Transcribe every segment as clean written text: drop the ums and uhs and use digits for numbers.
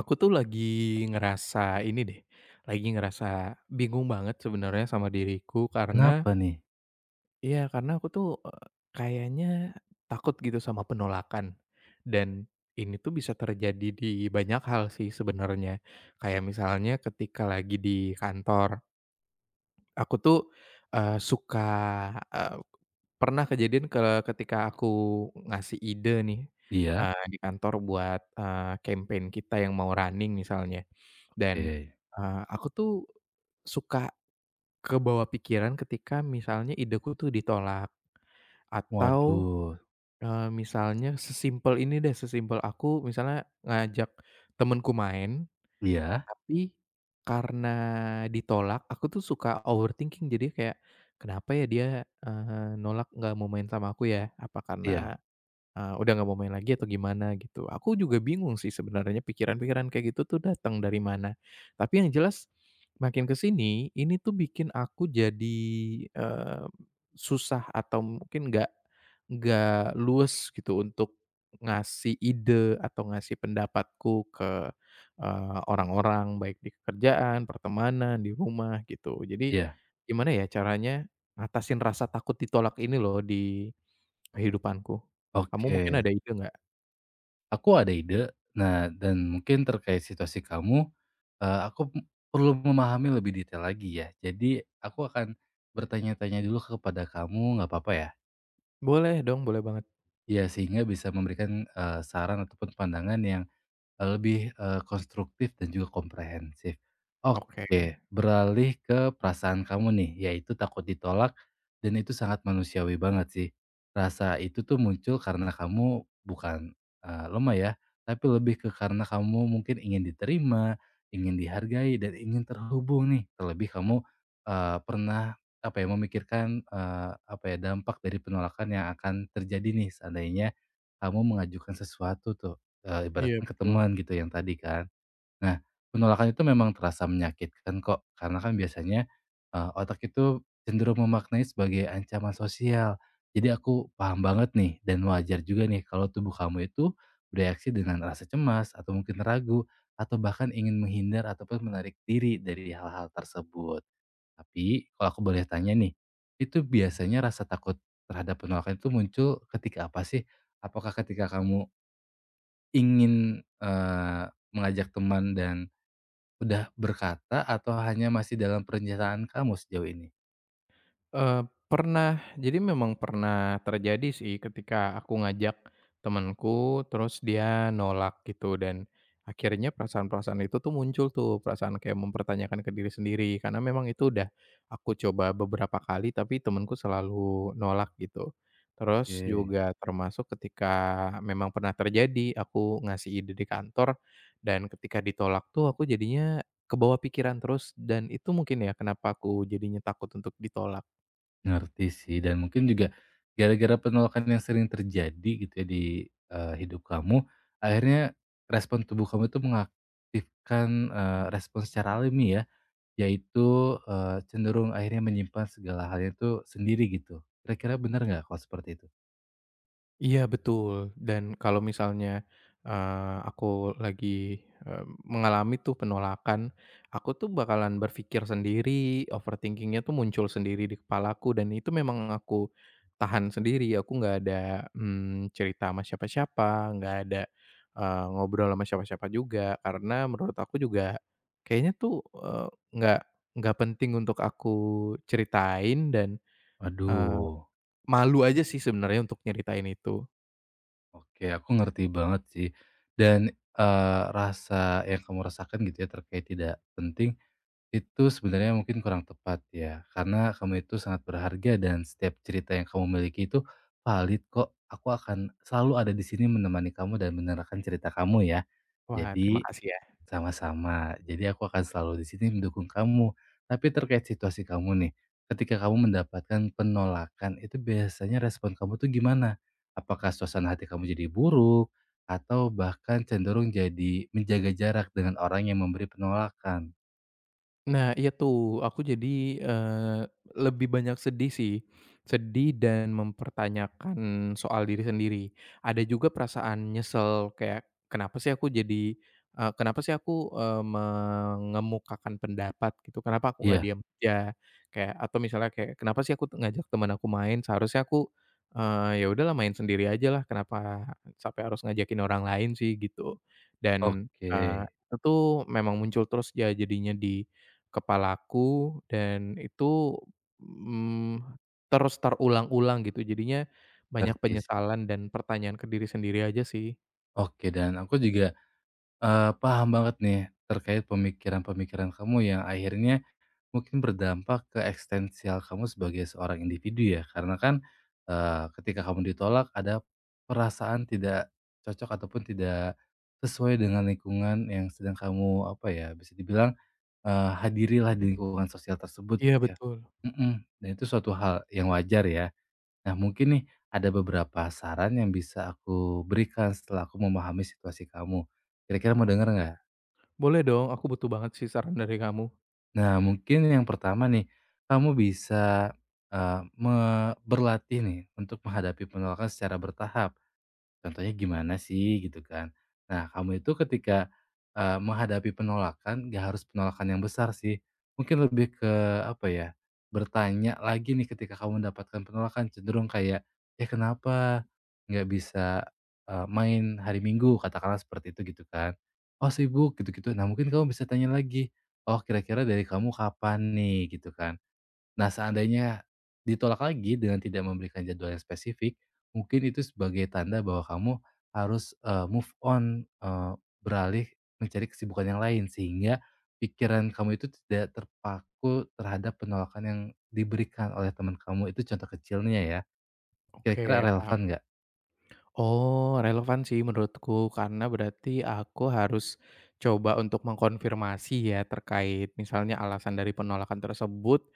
Aku tuh lagi ngerasa ini deh, lagi ngerasa bingung banget sebenarnya sama diriku karena, Kenapa nih? ya karena aku tuh, kayaknya takut gitu sama penolakan. Dan ini tuh bisa terjadi di banyak hal sih sebenarnya. Kayak misalnya ketika lagi di kantor, aku tuh, suka, eh, pernah kejadian ketika aku ngasih ide nih, Iya? Di kantor buat, campaign kita yang mau running misalnya, dan, Oke. Aku tuh suka kebawa pikiran ketika misalnya ideku tuh ditolak atau, Waduh. Misalnya sesimpel ini deh, sesimpel aku misalnya ngajak temenku main Iya, tapi, karena ditolak, aku tuh suka overthinking. Jadi kayak, "Kenapa ya dia, nolak nggak mau main sama aku ya? Apa iya, karena, udah nggak mau main lagi atau gimana?" Gitu. Aku juga bingung sih sebenarnya pikiran-pikiran kayak gitu tuh datang dari mana. Tapi yang jelas, makin kesini ini tuh bikin aku jadi, eee, susah atau mungkin nggak luwes gitu untuk ngasih ide atau ngasih pendapatku ke orang-orang, baik di kerjaan, pertemanan, di rumah, gitu. Jadi, iya. gimana ya caranya ngatasin rasa takut ditolak ini loh di kehidupanku? Kamu mungkin Oke. ada ide nggak? Aku ada ide. Nah, dan mungkin terkait situasi kamu, aku perlu memahami lebih detail lagi ya. Jadi aku akan bertanya-tanya dulu kepada kamu, nggak apa-apa ya? Boleh dong, boleh banget. Ya, sehingga bisa memberikan, saran ataupun pandangan yang lebih, konstruktif dan juga komprehensif. Oke. Oke, beralih ke perasaan kamu nih, yaitu takut ditolak, dan itu sangat manusiawi banget sih. Rasa itu tuh muncul karena kamu bukan, lemah ya, tapi lebih ke karena kamu mungkin ingin diterima, ingin dihargai, dan ingin terhubung nih. Terlebih kamu, pernah, apa ya, memikirkan, apa ya, dampak dari penolakan yang akan terjadi nih seandainya kamu mengajukan sesuatu tuh. Iya, Ibaratkan ke betul. teman gitu yang tadi kan. Nah, penolakan itu memang terasa menyakitkan kok, karena kan biasanya, otak itu cenderung memaknai sebagai ancaman sosial. Jadi aku paham banget nih dan wajar juga nih kalau tubuh kamu itu bereaksi dengan rasa cemas atau mungkin ragu atau bahkan ingin menghindar ataupun menarik diri dari hal-hal tersebut. Tapi kalau aku boleh tanya nih, itu biasanya rasa takut terhadap penolakan itu muncul ketika apa sih? Apakah ketika kamu ingin, mengajak teman dan udah berkata atau hanya masih dalam perencanaan kamu sejauh ini? Pernah. Jadi memang pernah terjadi sih ketika aku ngajak temenku, terus dia nolak gitu dan akhirnya perasaan-perasaan itu tuh muncul tuh, perasaan kayak mempertanyakan ke diri sendiri karena memang itu udah aku coba beberapa kali tapi temenku selalu nolak gitu. Terus Oke. juga termasuk ketika memang pernah terjadi aku ngasih ide di kantor dan ketika ditolak tuh aku jadinya kebawa pikiran terus dan itu mungkin ya kenapa aku jadinya takut untuk ditolak. Ngerti sih dan mungkin juga gara-gara penolakan yang sering terjadi gitu ya di, hidup kamu, akhirnya respon tubuh kamu itu mengaktifkan, respon secara alami ya, yaitu, cenderung akhirnya menyimpan segala hal itu sendiri gitu. Kira-kira bener nggak kalau seperti itu? Iya betul, dan kalau misalnya, aku lagi, eee, mengalami tuh penolakan, aku tuh bakalan berpikir sendiri, overthinkingnya tuh muncul sendiri di kepalaku dan itu memang aku tahan sendiri, aku nggak ada, cerita sama siapa-siapa, nggak ada, ngobrol sama siapa-siapa juga, karena menurut aku juga kayaknya tuh, nggak nggak penting untuk aku ceritain dan, eee, Aduh. malu aja sih sebenarnya untuk nyeritain itu. Oke, aku ngerti banget sih. Dan, rasa yang kamu rasakan gitu ya terkait tidak penting, itu sebenarnya mungkin kurang tepat ya. Karena kamu itu sangat berharga dan setiap cerita yang kamu miliki itu valid kok. Aku akan selalu ada di sini menemani kamu dan menerangkan cerita kamu ya. Wah, terima Jadi kasih ya. sama-sama. Jadi aku akan selalu di sini mendukung kamu. Tapi terkait situasi kamu nih, ketika kamu mendapatkan penolakan itu biasanya respon kamu tuh gimana? Apakah suasana hati kamu jadi buruk atau bahkan cenderung jadi menjaga jarak dengan orang yang memberi penolakan? Nah, iya tuh, aku jadi, eee, lebih banyak sedih sih. Sedih dan mempertanyakan soal diri sendiri. Ada juga perasaan nyesel kayak, "Kenapa sih aku jadi, kenapa sih aku, mengemukakan pendapat gitu, kenapa aku nggak Iya, diam aja?" Kayak atau misalnya kayak, "Kenapa sih ngajak teman aku main, seharusnya aku, ya udahlah main sendiri aja lah kenapa sampai harus ngajakin orang lain sih?" Gitu. Dan, oke. Itu tuh memang muncul terus ya jadinya di kepalaku dan itu, mmm, terus terulang-ulang gitu jadinya banyak Ngerti sih. penyesalan dan pertanyaan ke diri sendiri aja sih. Oke dan aku juga, paham banget nih terkait pemikiran-pemikiran kamu yang akhirnya mungkin berdampak ke eksistensial kamu sebagai seorang individu ya, karena kan, ketika kamu ditolak ada perasaan tidak cocok ataupun tidak sesuai dengan lingkungan yang sedang kamu, apa ya, bisa dibilang, hadirilah di lingkungan sosial tersebut Iya gitu ya. betul. Mhm, dan itu suatu hal yang wajar ya. Nah mungkin nih ada beberapa saran yang bisa aku berikan setelah aku memahami situasi kamu. Kira-kira mau dengar nggak? Boleh dong, aku butuh banget sih saran dari kamu. Nah, mungkin yang pertama nih, kamu bisa, eee, me berlatih nih untuk menghadapi penolakan secara bertahap. Contohnya gimana sih gitu kan. Nah kamu itu ketika, menghadapi penolakan, nggak harus penolakan yang besar sih. Mungkin lebih ke apa ya, bertanya lagi nih ketika kamu mendapatkan penolakan cenderung kayak, "Ya kenapa nggak bisa, main hari Minggu?" Katakanlah seperti itu gitu kan. "Oh sibuk," gitu-gitu. Nah mungkin kamu bisa tanya lagi, "Oh kira-kira dari kamu kapan nih?" Gitu kan. Nah, seandainya ditolak lagi dengan tidak memberikan jadwal yang spesifik, mungkin itu sebagai tanda bahwa kamu harus, move on, beralih mencari kesibukan yang lain, sehingga pikiran kamu itu tidak terpaku terhadap penolakan yang diberikan oleh teman kamu, itu contoh kecilnya ya. Kira-kira Oke, paham. relevan nggak? Oh, relevan sih menurutku, karena berarti aku harus coba untuk mengkonfirmasi ya terkait misalnya alasan dari penolakan tersebut,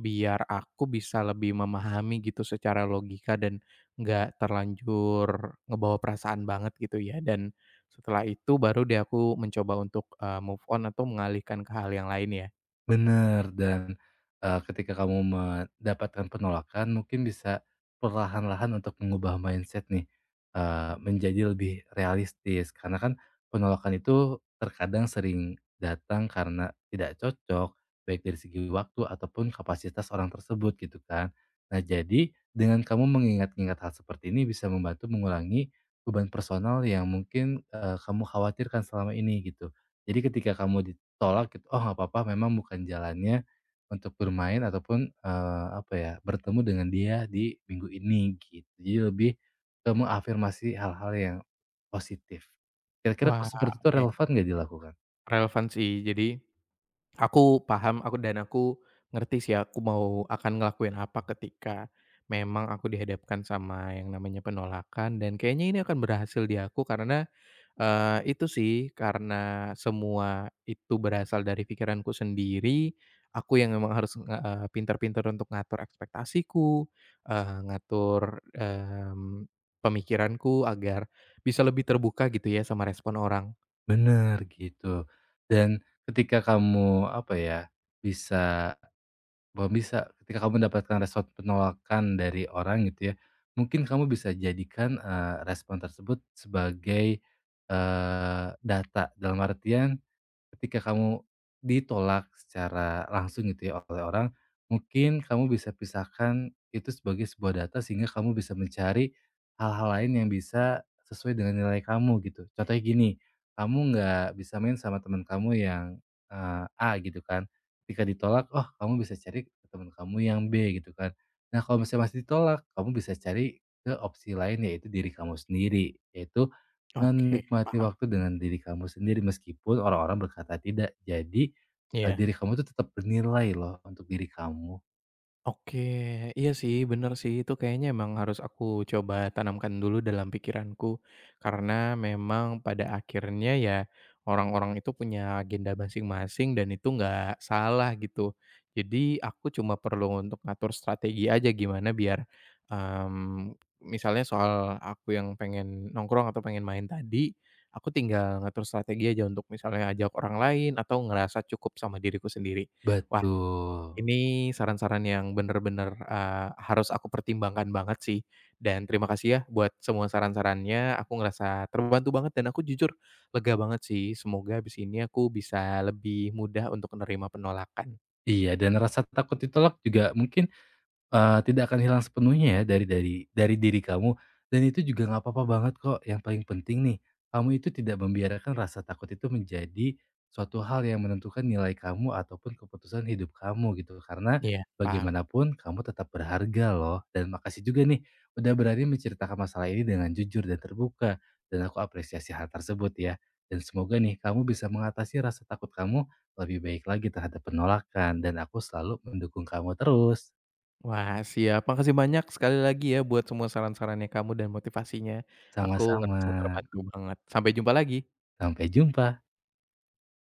biar aku bisa lebih memahami gitu secara logika dan nggak terlanjur ngebawa perasaan banget gitu ya. Dan setelah itu baru deh aku mencoba untuk, move on atau mengalihkan ke hal yang lain ya. Bener dan, ketika kamu mendapatkan penolakan mungkin bisa perlahan-lahan untuk mengubah mindset nih, menjadi lebih realistis karena kan penolakan itu terkadang sering datang karena tidak cocok, baik dari segi waktu ataupun kapasitas orang tersebut gitu kan. Nah jadi dengan kamu mengingat-ingat hal seperti ini bisa membantu mengurangi beban personal yang mungkin, kamu khawatirkan selama ini gitu. Jadi ketika kamu tolak gitu, "Oh nggak apa-apa memang bukan jalannya untuk bermain ataupun, apa ya, bertemu dengan dia di minggu ini," gitu. Jadi lebih ke mengafirmasi hal-hal yang positif. Kira-kira Wah, kalau seperti itu oke, relevan nggak dilakukan? relevan sih. Jadi aku paham, aku ngerti sih aku mau akan ngelakuin apa ketika memang aku dihadapkan sama yang namanya penolakan dan kayaknya ini akan berhasil di aku karena, itu sih, karena semua itu berasal dari pikiranku sendiri, aku yang memang harus, pintar-pintar untuk ngatur ekspektasiku, ngatur, pemikiranku agar bisa lebih terbuka gitu ya sama respon orang. Bener, gitu. Dan ketika kamu, apa ya, bisa bukan bisa, ketika kamu mendapatkan respon penolakan dari orang gitu ya, mungkin kamu bisa jadikan, respon tersebut sebagai, data. Dalam artian ketika kamu ditolak secara langsung gitu ya oleh orang, mungkin kamu bisa pisahkan itu sebagai sebuah data sehingga kamu bisa mencari hal-hal lain yang bisa sesuai dengan nilai kamu gitu. Contohnya gini, kamu nggak bisa main sama teman kamu yang, A gitu kan, ketika ditolak, oh kamu bisa cari ke teman kamu yang B gitu kan. Nah kalau misalnya masih ditolak, kamu bisa cari ke opsi lain yaitu diri kamu sendiri, yaitu Oke, menikmati paham. waktu dengan diri kamu sendiri meskipun orang-orang berkata tidak. Jadi, Iya. diri kamu tuh tetap bernilai loh untuk diri kamu. Oke, iya sih, bener sih, itu kayaknya emang harus aku coba tanamkan dulu dalam pikiranku. Karena memang pada akhirnya ya orang-orang itu punya agenda masing-masing dan itu nggak salah gitu. Jadi aku cuma perlu untuk ngatur strategi aja gimana biar em, misalnya soal aku yang pengen nongkrong atau pengen main tadi, aku tinggal ngatur strategi aja untuk misalnya ajak orang lain atau ngerasa cukup sama diriku sendiri. Betul. Ini saran-saran yang bener-bener, harus aku pertimbangkan banget sih, dan terima kasih ya buat semua saran-sarannya, aku ngerasa terbantu banget dan aku jujur lega banget sih, semoga abis ini aku bisa lebih mudah untuk menerima penolakan. Iya dan rasa takut ditolak juga mungkin tidak akan hilang sepenuhnya ya dari dari diri kamu dan itu juga nggak apa-apa banget kok, yang paling penting nih, kamu itu tidak membiarkan rasa takut itu menjadi suatu hal yang menentukan nilai kamu ataupun keputusan hidup kamu gitu, karena Iya, paham. bagaimanapun kamu tetap berharga loh dan makasih juga nih udah berani menceritakan masalah ini dengan jujur dan terbuka dan aku apresiasi hal tersebut ya dan semoga nih kamu bisa mengatasi rasa takut kamu lebih baik lagi terhadap penolakan dan aku selalu mendukung kamu terus. Wah, siap. Makasih banyak sekali lagi ya buat semua saran-sarannya kamu dan motivasinya. Aku Sama-sama, ngerasa terbantu banget. Sampai jumpa lagi. sampai jumpa.